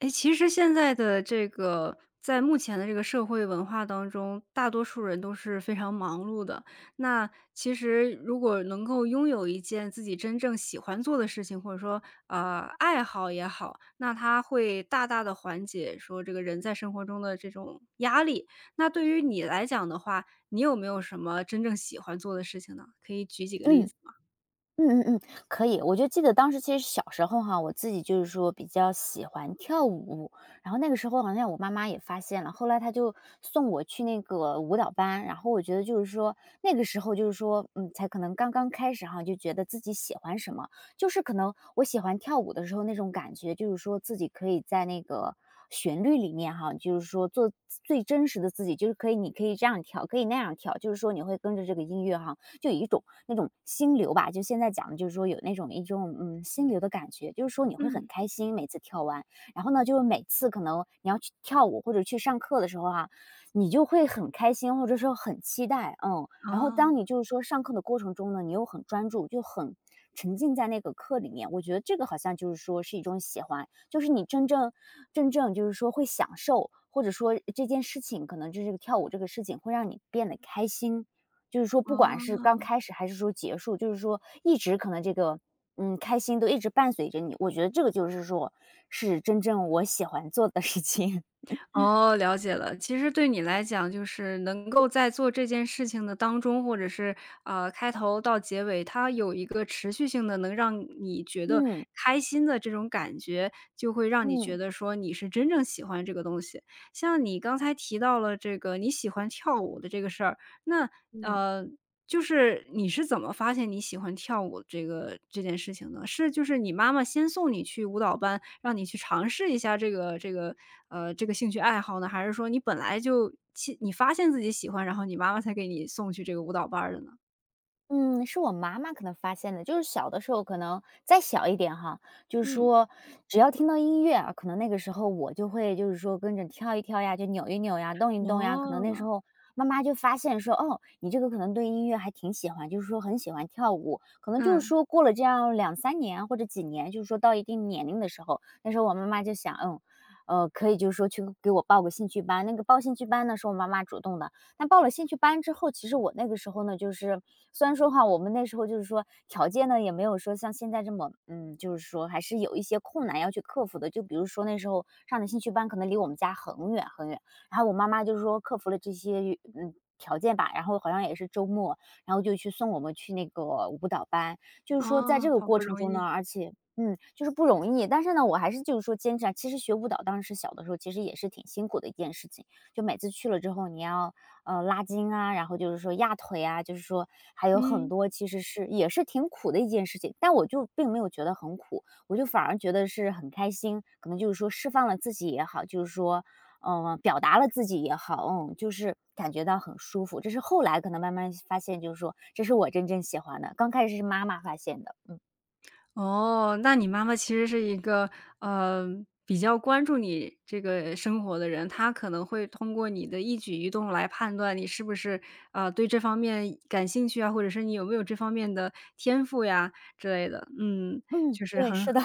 哎，其实现在的这个在目前的这个社会文化当中，大多数人都是非常忙碌的。那其实如果能够拥有一件自己真正喜欢做的事情，或者说，爱好也好，那它会大大的缓解说这个人在生活中的这种压力。那对于你来讲的话，你有没有什么真正喜欢做的事情呢？可以举几个嗯，例子吗？嗯嗯嗯，可以。我就记得当时其实小时候哈，我自己比较喜欢跳舞，然后那个时候好像我妈妈也发现了，后来她就送我去那个舞蹈班，然后我觉得那个时候，才可能刚刚开始哈，就觉得自己喜欢什么，就是可能我喜欢跳舞的时候那种感觉，自己可以在那个旋律里面哈，做最真实的自己，就是可以，你可以这样跳，可以那样跳，你会跟着这个音乐哈。就有一种那种心流吧，就现在讲的有那种一种心流的感觉，你会很嗯，开心，每次跳完，然后呢，就是每次可能你要去跳舞或者去上课的时候啊，你就会很开心，或者说很期待，嗯，然后当啊你上课的过程中呢，你又很专注，就很沉浸在那个课里面，我觉得这个好像是一种喜欢，就是你真正会享受，或者说这件事情可能就是跳舞这个事情会让你变得开心，不管是刚啊。开始还是说结束，一直可能这个，嗯，开心都一直伴随着你，我觉得这个，是真正我喜欢做的事情。哦，了解了。其实对你来讲，就是能够在做这件事情的当中，或者是开头到结尾，它有一个持续性的，能让你觉 得嗯，开心的这种感觉，就会让你觉嗯，得说你是真正喜欢这个东西。像你刚才提到了这个你喜欢跳舞的这个事儿，那嗯。呃。就是你是怎么发现你喜欢跳舞这个这件事情呢？是就是你妈妈先送你去舞蹈班，让你去尝试一下这个这个兴趣爱好呢？还是说你本来就其你发现自己喜欢，然后你妈妈才给你送去这个舞蹈班儿的呢？嗯，是我妈妈可能发现的，就是小的时候可能再小一点哈，就是嗯。说只要听到音乐啊，可能那个时候我就会跟着跳一跳呀，就扭一扭呀，动一动呀，可能那时哦，候妈妈就发现说，哦，你这个可能对音乐还挺喜欢，很喜欢跳舞，可能嗯，过了这样两三年啊或者几年，到一定年龄的时候，那时候我妈妈就想，嗯。可以，去给我报个兴趣班。那个报兴趣班呢，是我妈妈主动的。但报了兴趣班之后，其实我那个时候呢，就是虽然说哈，我们那时候条件呢也没有说像现在这么，嗯，还是有一些困难要去克服的。就比如说那时候上的兴趣班可能离我们家很远很远，然后我妈妈克服了这些条件吧，然后好像也是周末，然后就去送我们去那个舞蹈班。在哦，这个好过不程容中呢，易。而且。嗯，就是不容易，但是呢，我还是坚持啊。其实学舞蹈当时小的时候，其实也是挺辛苦的一件事情。就每次去了之后，你要拉筋啊，然后压腿啊，还有很嗯。多其实是也是挺苦的一件事情，但我就并没有觉得很苦，我就反而觉得是很开心，可能释放了自己也好，表达了自己也好，嗯，就是感觉到很舒服。这是后来可能慢慢发现，这是我真正喜欢的，刚开始是妈妈发现的，嗯哦，那你妈妈其实是一个，呃，比较关注你这个生活的人，她可能会通过你的一举一动来判断你是不是，啊对这方面感兴趣啊，或者是你有没有这方面的天赋呀之类的，嗯。嗯，对，是的。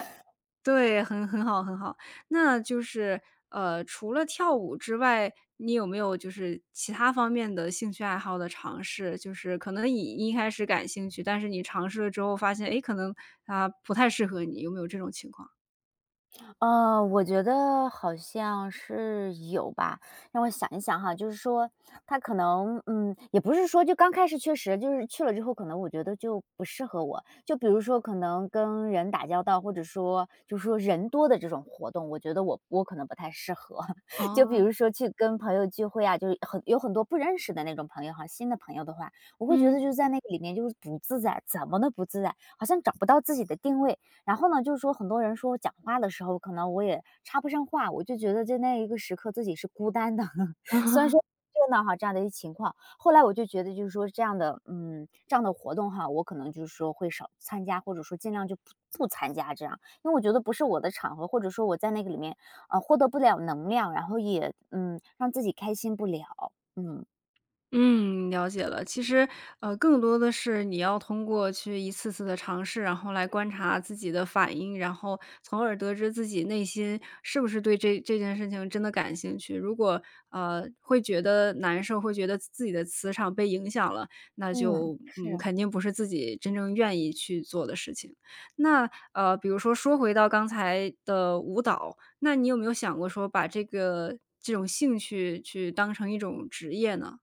对，很好很好。那就是，除了跳舞之外，你有没有就是其他方面的兴趣爱好的尝试？就是可能你一开始感兴趣，但是你尝试了之后发现，诶，可能它不太适合你，有没有这种情况？我觉得好像是有吧，让我想一想哈，他可能，嗯，也不是说就刚开始确实就是去了之后，可能我觉得就不适合我。就比如说可能跟人打交道，或者说人多的这种活动，我觉得我可能不太适合。就比哦，如说去跟朋友聚会啊，就是很有很多不认识的那种朋友哈，新的朋友的话，我会觉嗯。得就是在那个里面就是不自在，怎么都不自在，好像找不到自己的定位。然后呢，很多人说我讲话的时候，可能我也插不上话，我就觉得在那一个时刻自己是孤单的，虽然说热闹哈这样的一情况。后来我就觉得这样的，嗯，这样的活动哈，我可能会少参加，或者说尽量就不参加这样，因为我觉得不是我的场合，或者说我在那个里面，获得不了能量，然后也让自己开心不了，嗯嗯，了解了。其实，更多的是你要通过去一次次的尝试，然后来观察自己的反应，然后从而得知自己内心是不是对这件事情真的感兴趣。如果会觉得难受，会觉得自己的磁场被影响了，那嗯，就嗯是。肯定不是自己真正愿意去做的事情。那比如说回到刚才的舞蹈，那你有没有想过说把这个这种兴趣去当成一种职业呢？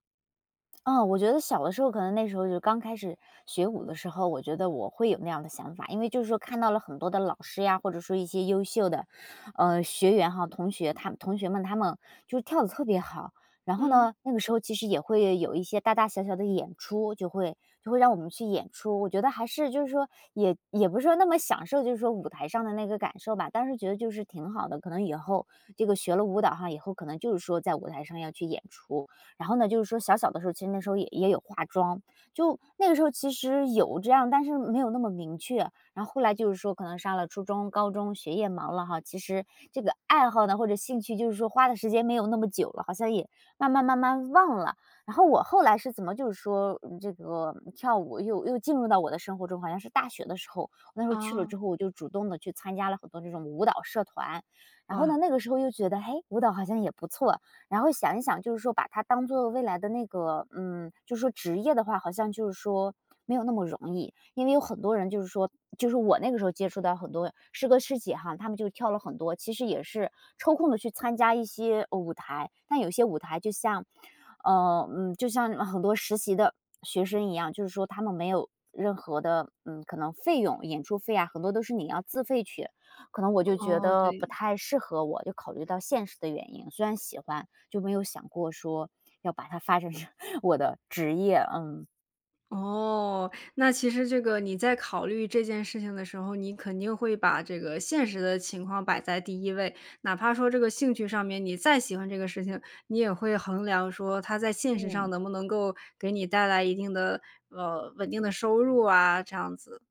嗯，我觉得小的时候可能那时候就刚开始学舞的时候，我觉得我会有那样的想法，因为看到了很多的老师呀，或者说一些优秀的，学员哈，同学，同学们他们就是跳的特别好。然后嗯。呢，那个时候其实也会有一些大大小小的演出，就会让我们去演出。我觉得还是也不是说那么享受，舞台上的那个感受吧。但是觉得就是挺好的，可能以后这个学了舞蹈哈，以后可能在舞台上要去演出。然后呢，小小的时候，其实那时候也有化妆，就那个时候其实有这样，但是没有那么明确。然后后来，可能上了初中、高中，学业忙了哈，其实这个爱好呢或者兴趣，花的时间没有那么久了，好像也慢慢忘了。然后我后来是怎么这个跳舞又进入到我的生活中，好像是大学的时候，那时候去了啊之后，我就主动的去参加了很多这种舞蹈社团。然后呢，哇。那个时候又觉得，嘿，舞蹈好像也不错，然后想一想，把它当做未来的那个，嗯，职业的话，好像没有那么容易，因为有很多人就是我那个时候接触到很多师哥师姐哈，他们就跳了很多，其实也是抽空的去参加一些舞台，但有些舞台就像，就像很多实习的学生一样，他们没有。任何的，嗯，可能费用、演出费啊，很多都是你要自费去，可能我就觉哦，得对，不太适合我，就考虑到现实的原因，虽然喜欢，就没有想过说要把它发展成 我的职业，嗯。哦，那其实这个你在考虑这件事情的时候，你肯定会把这个现实的情况摆在第一位，哪怕说这个兴趣上面你再喜欢这个事情，你也会衡量说他在现实上嗯。能不能够给你带来一定的，稳定的收入啊，这样子。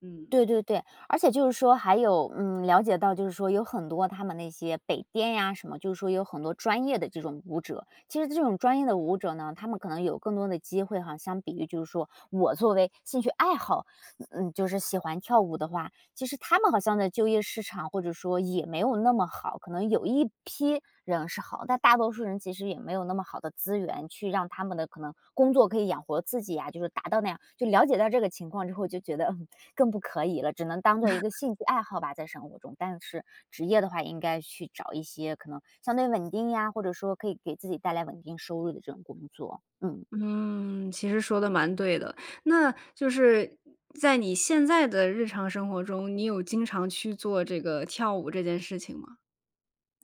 嗯，对对对，而且还有，嗯，了解到有很多他们那些北电呀什么，有很多专业的这种舞者。其实这种专业的舞者呢，他们可能有更多的机会哈，相比于我作为兴趣爱好，嗯，就是喜欢跳舞的话，其实他们好像在就业市场或者说也没有那么好，可能有一批人是好，但大多数人其实也没有那么好的资源去让他们的可能工作可以养活自己呀、就是达到那样。就了解到这个情况之后，就觉得更不可以了，只能当做一个兴趣爱好吧，在生活中。但是职业的话，应该去找一些可能相对稳定呀，或者说可以给自己带来稳定收入的这种工作。嗯。嗯，其实说的蛮对的。那就是在你现在的日常生活中，你有经常去做这个跳舞这件事情吗？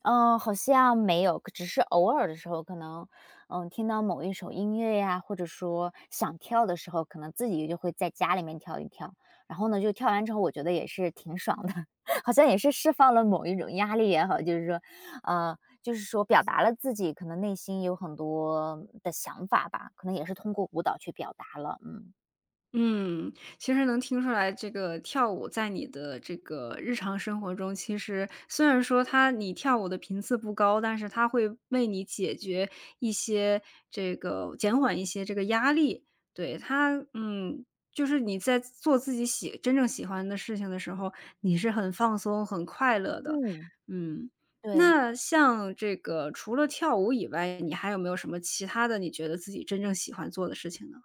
嗯，好像没有，只是偶尔的时候可能，嗯，听到某一首音乐呀，或者说想跳的时候，可能自己就会在家里面跳一跳。然后呢，就跳完之后，我觉得也是挺爽的，好像也是释放了某一种压力也好，就是说，呃，就是说表达了自己可能内心有很多的想法吧，可能也是通过舞蹈去表达了。嗯嗯，其实能听出来，这个跳舞在你的这个日常生活中，其实虽然说它你跳舞的频次不高，但是它会为你解决一些这个减缓一些这个压力。对，它嗯，就是你在做自己真正喜欢的事情的时候，你是很放松、很快乐的。嗯，嗯，对。那像这个除了跳舞以外，你还有没有什么其他的你觉得自己真正喜欢做的事情呢？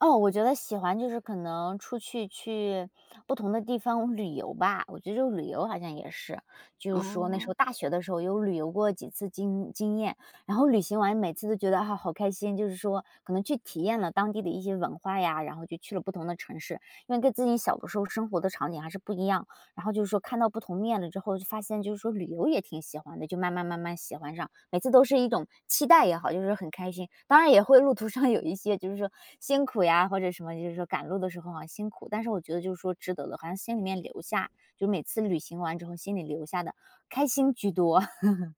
哦，我觉得喜欢就是可能出去不同的地方旅游吧，我觉得这个旅游好像也是，就是说那时哦。候大学的时候有旅游过几次经验，然后旅行完每次都觉得啊好开心，就是说可能去体验了当地的一些文化呀，然后就去了不同的城市，因为跟自己小的时候生活的场景还是不一样。然后就是说看到不同面了之后，就发现就是说旅游也挺喜欢的，就慢慢慢慢喜欢上，每次都是一种期待也好，就是很开心。当然也会路途上有一些就是说辛苦呀，或者什么，就是说赶路的时候啊辛苦，但是我觉得就是说值得的，好像心里面留下，就每次旅行完之后心里留下的开心居多。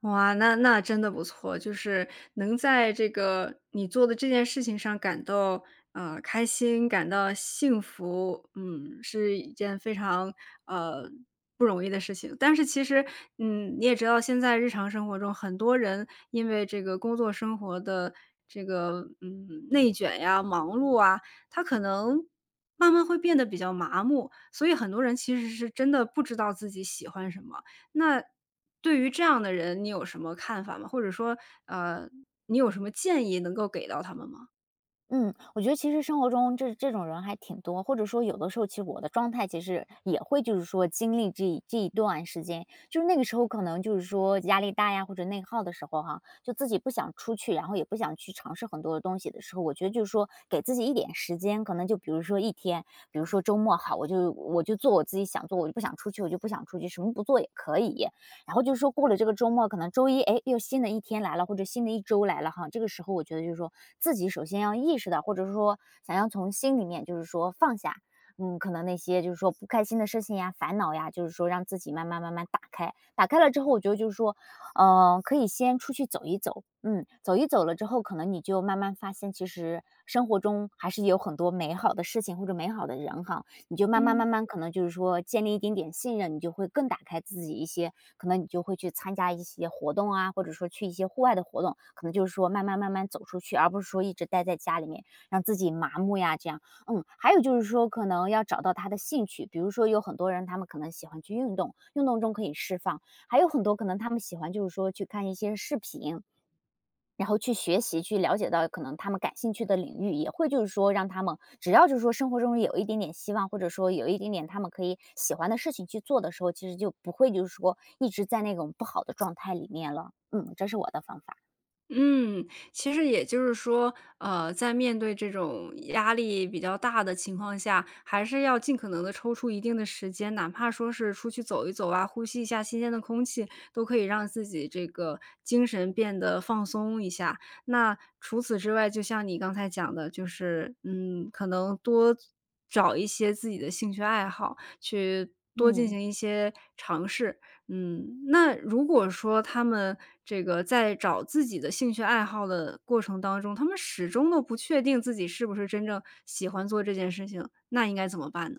哇，那真的不错，就是能在这个你做的这件事情上感到，开心，感到幸福，嗯，是一件非常，呃，不容易的事情。但是其实，嗯，你也知道现在日常生活中很多人因为这个工作生活的这个，嗯，内卷呀、忙碌啊，他可能慢慢会变得比较麻木，所以很多人其实是真的不知道自己喜欢什么。那对于这样的人，你有什么看法吗？或者说，呃，你有什么建议能够给到他们吗？嗯，我觉得其实生活中这种人还挺多，或者说有的时候，其实我的状态其实也会就是说经历这一段时间，就是那个时候可能就是说压力大呀，或者内耗的时候哈，就自己不想出去，然后也不想去尝试很多的东西的时候，我觉得就是说给自己一点时间，可能就比如说一天，比如说周末好，我就做我自己想做，我就不想出去，我就不想出去，什么不做也可以，然后就是说过了这个周末，可能周一，哎，又新的一天来了，或者新的一周来了哈。这个时候，我觉得就是说自己首先要意识到，或者说想要从心里面就是说放下，嗯，可能那些就是说不开心的事情呀、烦恼呀，就是说让自己慢慢慢慢打开。打开了之后，我觉得就是说，嗯，可以先出去走一走，嗯，走一走了之后，可能你就慢慢发现，其实生活中还是有很多美好的事情或者美好的人哈。你就慢慢嗯。慢慢可能就是说建立一点点信任，你就会更打开自己一些，可能你就会去参加一些活动啊，或者说去一些户外的活动，可能就是说慢慢慢慢走出去，而不是说一直待在家里面让自己麻木呀这样。嗯，还有就是说，可能要找到他的兴趣，比如说有很多人他们可能喜欢去运动，运动中可以释放；还有很多可能他们喜欢就是说去看一些视频，然后去学习，去了解到可能他们感兴趣的领域，也会就是说让他们只要就是说生活中有一点点希望，或者说有一点点他们可以喜欢的事情去做的时候，其实就不会就是说一直在那种不好的状态里面了。嗯，这是我的方法。嗯，其实也就是说，在面对这种压力比较大的情况下，还是要尽可能的抽出一定的时间，哪怕说是出去走一走啊，呼吸一下新鲜的空气，都可以让自己这个精神变得放松一下。那除此之外，就像你刚才讲的，就是，嗯，可能多找一些自己的兴趣爱好，去多进嗯。行一些尝试。嗯，那如果说他们这个在找自己的兴趣爱好的过程当中，他们始终都不确定自己是不是真正喜欢做这件事情，那应该怎么办呢？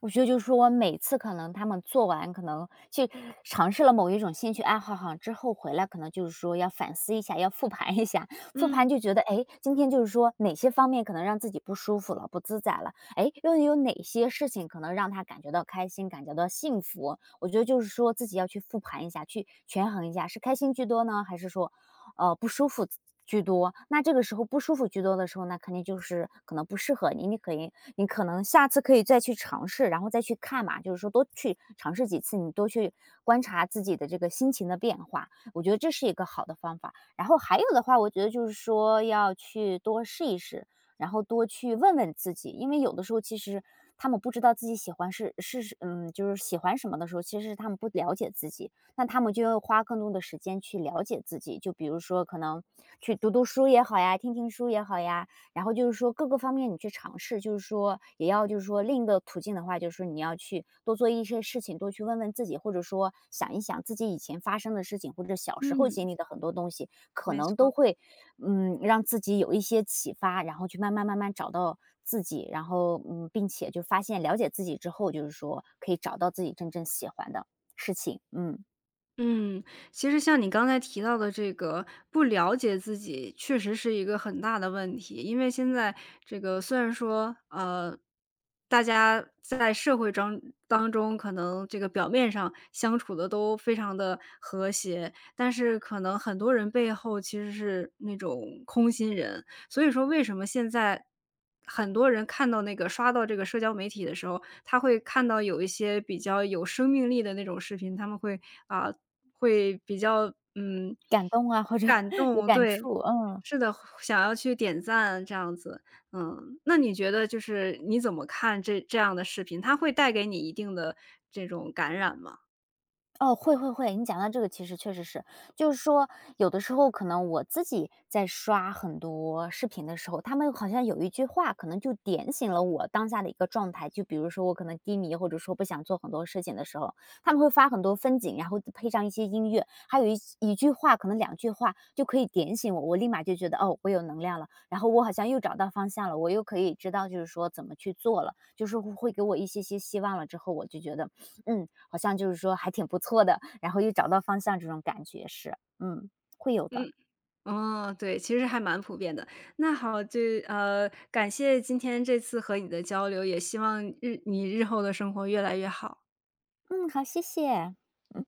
我觉得就是说我每次可能他们做完，可能去尝试了某一种兴趣爱好哈，之后回来可能就是说要反思一下，要复盘一下，复嗯。盘就觉得，哎，今天就是说哪些方面可能让自己不舒服了、不自在了，哎，又有哪些事情可能让他感觉到开心、感觉到幸福？我觉得就是说自己要去复盘一下，去权衡一下，是开心居多呢，还是说不舒服居多。那这个时候不舒服居多的时候，那肯定就是可能不适合你，你可以你可能下次可以再去尝试，然后再去看嘛，就是说多去尝试几次，你多去观察自己的这个心情的变化，我觉得这是一个好的方法。然后还有的话，我觉得就是说要去多试一试，然后多去问问自己，因为有的时候其实他们不知道自己喜欢嗯，就是喜欢什么的时候，其实是他们不了解自己，那他们就要花更多的时间去了解自己，就比如说可能去读读书也好呀，听听书也好呀，然后就是说各个方面你去尝试，就是说也要就是说另一个途径的话，就是说你要去多做一些事情，多去问问自己，或者说想一想自己以前发生的事情，或者小时候嗯，经历的很多东西，可没能都错。会嗯让自己有一些启发，然后去慢慢慢慢找到自己，然后嗯，并且就发现了解自己之后，就是说可以找到自己真正喜欢的事情，嗯。嗯，其实像你刚才提到的这个不了解自己，确实是一个很大的问题。因为现在这个虽然说，大家在社会当中，可能这个表面上相处的都非常的和谐，但是可能很多人背后其实是那种空心人。所以说，为什么现在很多人看到那个刷到这个社交媒体的时候，他会看到有一些比较有生命力的那种视频，他们会啊、会比较，嗯，感动啊，或者 感 有动，感对，触，嗯。是的，想要去点赞这样子。嗯，那你觉得就是你怎么看这样的视频，它会带给你一定的这种感染吗？哦，会，你讲到这个其实确实是，就是说有的时候可能我自己在刷很多视频的时候，他们好像有一句话可能就点醒了我当下的一个状态，就比如说我可能低迷或者说不想做很多事情的时候，他们会发很多风景，然后配上一些音乐，还有一句话，可能两句话就可以点醒我，我立马就觉得哦，我有能量了，然后我好像又找到方向了，我又可以知道就是说怎么去做了，就是会给我一些些希望了之后，我就觉得嗯。好像就是说还挺不错的，然后又找到方向这种感觉是，嗯，会有的。嗯，哦，对，其实还蛮普遍的。那好，就感谢今天这次和你的交流，也希望日后的生活越来越好。嗯，好，谢谢。嗯。